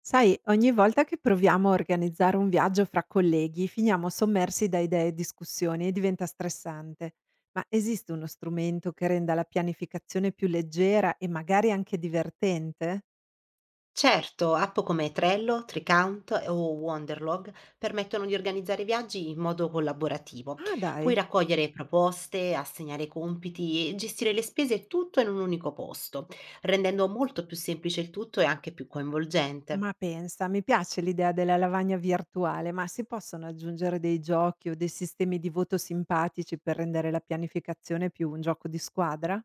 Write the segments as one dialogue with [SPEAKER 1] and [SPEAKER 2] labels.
[SPEAKER 1] Sai, ogni volta che proviamo a organizzare un viaggio fra colleghi, finiamo sommersi da idee e discussioni e diventa stressante. Ma esiste uno strumento che renda la pianificazione più leggera e magari anche divertente?
[SPEAKER 2] Certo, app come Trello, Tricount o Wanderlog permettono di organizzare viaggi in modo collaborativo.
[SPEAKER 1] Ah
[SPEAKER 2] Puoi
[SPEAKER 1] dai,
[SPEAKER 2] raccogliere proposte, assegnare compiti e gestire le spese tutto in un unico posto, rendendo molto più semplice il tutto e anche più coinvolgente.
[SPEAKER 1] ma pensa, mi piace l'idea della lavagna virtuale, ma si possono aggiungere dei giochi o dei sistemi di voto simpatici per rendere la pianificazione più un gioco di squadra?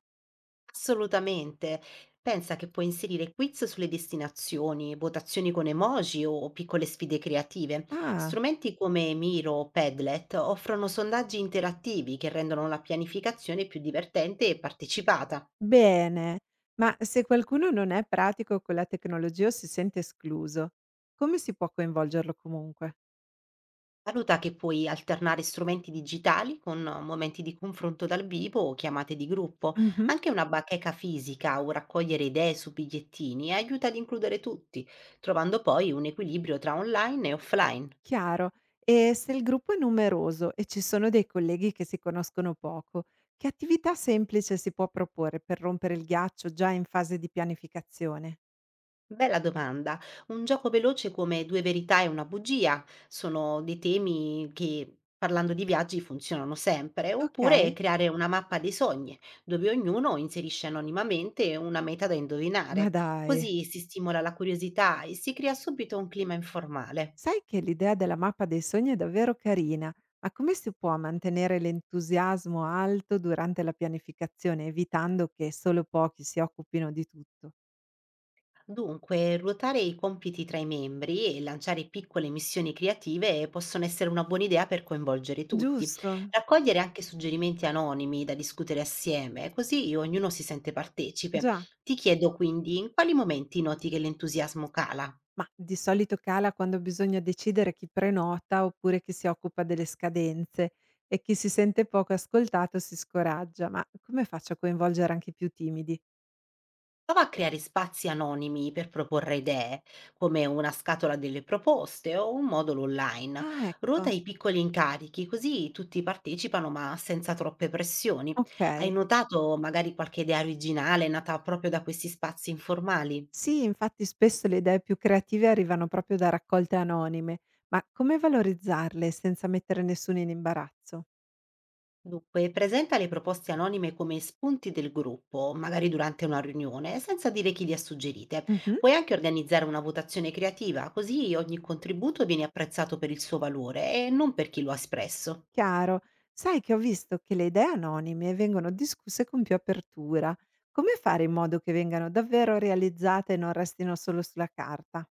[SPEAKER 2] Assolutamente. Pensa che puoi inserire quiz sulle destinazioni, votazioni con emoji o piccole sfide creative.
[SPEAKER 1] Ah.
[SPEAKER 2] Strumenti come Miro o Padlet offrono sondaggi interattivi che rendono la pianificazione più divertente e partecipata.
[SPEAKER 1] Bene, ma se qualcuno non è pratico con la tecnologia o si sente escluso, come si può coinvolgerlo comunque?
[SPEAKER 2] Valuta che puoi alternare strumenti digitali con momenti di confronto dal vivo o chiamate di gruppo.
[SPEAKER 1] Mhm,
[SPEAKER 2] Anche una bacheca fisica o raccogliere idee su bigliettini aiuta ad includere tutti, trovando poi un equilibrio tra online e offline.
[SPEAKER 1] chiaro. E se il gruppo è numeroso e ci sono dei colleghi che si conoscono poco, che attività semplice si può proporre per rompere il ghiaccio già in fase di pianificazione?
[SPEAKER 2] Bella domanda. Un gioco veloce come "Due verità e una bugia" sono dei temi che, parlando di viaggi, funzionano sempre,
[SPEAKER 1] Ok,
[SPEAKER 2] oppure creare una mappa dei sogni, dove ognuno inserisce anonimamente una meta da
[SPEAKER 1] ma
[SPEAKER 2] indovinare.
[SPEAKER 1] dai.
[SPEAKER 2] Così si stimola la curiosità e si crea subito un clima informale.
[SPEAKER 1] Sai che l'idea della mappa dei sogni è davvero carina, ma come si può mantenere l'entusiasmo alto durante la pianificazione, evitando che solo pochi si occupino di tutto?
[SPEAKER 2] Dunque, ruotare i compiti tra i membri e lanciare piccole missioni creative possono essere una buona idea per coinvolgere tutti.
[SPEAKER 1] Giusto,
[SPEAKER 2] Raccogliere anche suggerimenti anonimi da discutere assieme, così ognuno si sente partecipe.
[SPEAKER 1] già,
[SPEAKER 2] Ti chiedo quindi in quali momenti noti che l'entusiasmo cala?
[SPEAKER 1] ma di solito cala quando bisogna decidere chi prenota oppure chi si occupa delle scadenze e chi si sente poco ascoltato si scoraggia, ma come faccio a coinvolgere anche i più timidi?
[SPEAKER 2] Prova a creare spazi anonimi per proporre idee, come una scatola delle proposte o un modulo online.
[SPEAKER 1] Ah,
[SPEAKER 2] Ruota
[SPEAKER 1] ecco,
[SPEAKER 2] i piccoli incarichi, così tutti partecipano ma senza troppe pressioni.
[SPEAKER 1] ok.
[SPEAKER 2] Hai notato magari qualche idea originale nata proprio da questi spazi informali?
[SPEAKER 1] Sì, infatti spesso le idee più creative arrivano proprio da raccolte anonime, ma come valorizzarle senza mettere nessuno in imbarazzo?
[SPEAKER 2] Dunque, presenta le proposte anonime come spunti del gruppo, magari durante una riunione, senza dire chi le ha suggerite.
[SPEAKER 1] Mhm.
[SPEAKER 2] Puoi anche organizzare una votazione creativa, così ogni contributo viene apprezzato per il suo valore e non per chi lo ha espresso.
[SPEAKER 1] Chiaro, sai che ho visto che le idee anonime vengono discusse con più apertura. Come fare in modo che vengano davvero realizzate e non restino solo sulla carta?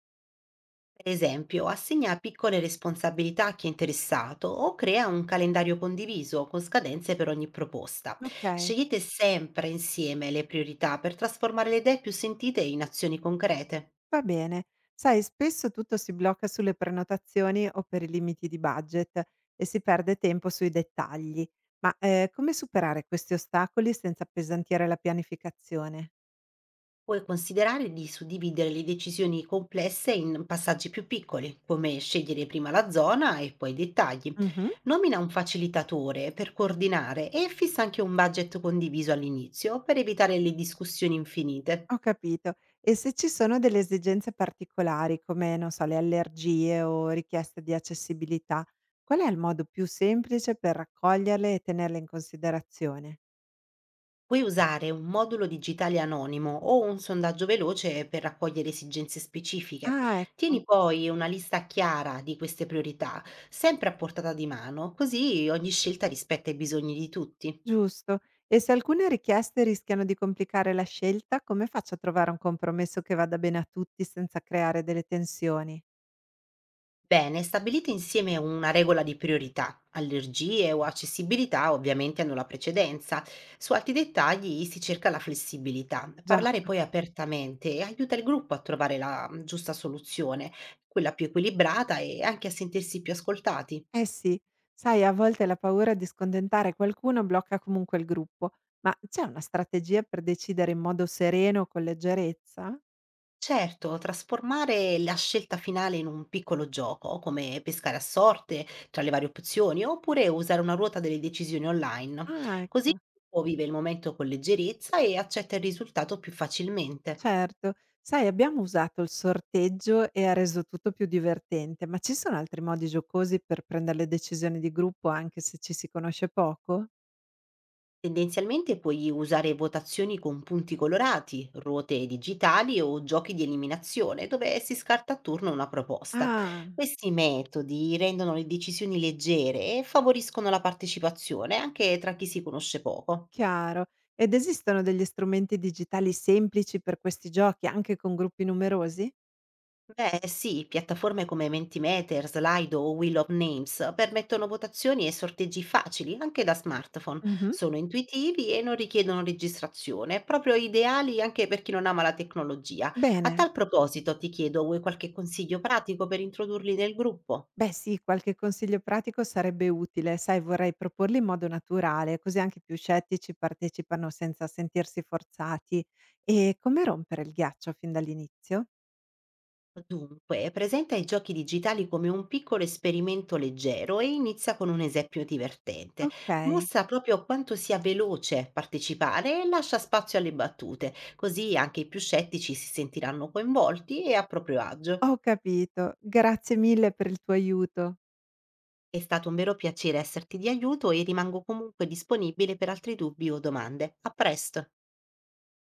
[SPEAKER 2] Per esempio, assegna piccole responsabilità a chi è interessato o crea un calendario condiviso con scadenze per ogni proposta.
[SPEAKER 1] Ok.
[SPEAKER 2] Scegliete sempre insieme le priorità per trasformare le idee più sentite in azioni concrete.
[SPEAKER 1] Va bene. Sai, spesso tutto si blocca sulle prenotazioni o per i limiti di budget e si perde tempo sui dettagli. Ma come superare questi ostacoli senza appesantire la pianificazione?
[SPEAKER 2] Puoi considerare di suddividere le decisioni complesse in passaggi più piccoli, come scegliere prima la zona e poi i dettagli.
[SPEAKER 1] Mhm.
[SPEAKER 2] Nomina un facilitatore per coordinare e fissa anche un budget condiviso all'inizio per evitare le discussioni infinite.
[SPEAKER 1] Ho capito. E se ci sono delle esigenze particolari, come, non so, le allergie o richieste di accessibilità, qual è il modo più semplice per raccoglierle e tenerle in considerazione?
[SPEAKER 2] Puoi usare un modulo digitale anonimo o un sondaggio veloce per raccogliere esigenze specifiche.
[SPEAKER 1] Ah, ecco.
[SPEAKER 2] Tieni poi una lista chiara di queste priorità, sempre a portata di mano, così ogni scelta rispetta i bisogni di tutti.
[SPEAKER 1] Giusto. E se alcune richieste rischiano di complicare la scelta, come faccio a trovare un compromesso che vada bene a tutti senza creare delle tensioni?
[SPEAKER 2] Bene, stabilite insieme una regola di priorità. Allergie o accessibilità ovviamente hanno la precedenza. Su altri dettagli si cerca la flessibilità.
[SPEAKER 1] Già,
[SPEAKER 2] Parlare poi apertamente aiuta il gruppo a trovare la giusta soluzione, quella più equilibrata e anche a sentirsi più ascoltati.
[SPEAKER 1] eh sì, sai, a volte la paura di scontentare qualcuno blocca comunque il gruppo, ma c'è una strategia per decidere in modo sereno, con leggerezza?
[SPEAKER 2] Certo, trasformare la scelta finale in un piccolo gioco, come pescare a sorte tra le varie opzioni, oppure usare una ruota delle decisioni online.
[SPEAKER 1] Ah,
[SPEAKER 2] Così il
[SPEAKER 1] ecco,
[SPEAKER 2] gruppo vive il momento con leggerezza e accetta il risultato più facilmente.
[SPEAKER 1] certo. Sai, abbiamo usato il sorteggio e ha reso tutto più divertente, ma ci sono altri modi giocosi per prendere le decisioni di gruppo anche se ci si conosce poco?
[SPEAKER 2] Tendenzialmente puoi usare votazioni con punti colorati, ruote digitali o giochi di eliminazione, dove si scarta a turno una proposta.
[SPEAKER 1] Ah,
[SPEAKER 2] Questi metodi rendono le decisioni leggere e favoriscono la partecipazione anche tra chi si conosce poco.
[SPEAKER 1] chiaro. Ed esistono degli strumenti digitali semplici per questi giochi, anche con gruppi numerosi?
[SPEAKER 2] Beh, sì, piattaforme come Mentimeter, Slido o Wheel of Names permettono votazioni e sorteggi facili anche da smartphone.
[SPEAKER 1] Mhm.
[SPEAKER 2] Sono intuitivi e non richiedono registrazione, proprio ideali anche per chi non ama la tecnologia. A
[SPEAKER 1] Bene.
[SPEAKER 2] tal proposito, ti chiedo, vuoi qualche consiglio pratico per introdurli nel gruppo?
[SPEAKER 1] Beh sì, qualche consiglio pratico sarebbe utile, sai, vorrei proporli in modo naturale, così anche i più scettici partecipano senza sentirsi forzati. E come rompere il ghiaccio fin dall'inizio?
[SPEAKER 2] Dunque, presenta i giochi digitali come un piccolo esperimento leggero e inizia con un esempio divertente.
[SPEAKER 1] Ok,
[SPEAKER 2] Mostra proprio quanto sia veloce partecipare e lascia spazio alle battute, così anche i più scettici si sentiranno coinvolti e a proprio agio.
[SPEAKER 1] ho capito. Grazie mille per il tuo aiuto.
[SPEAKER 2] È stato un vero piacere esserti di aiuto e rimango comunque disponibile per altri dubbi o domande. A presto!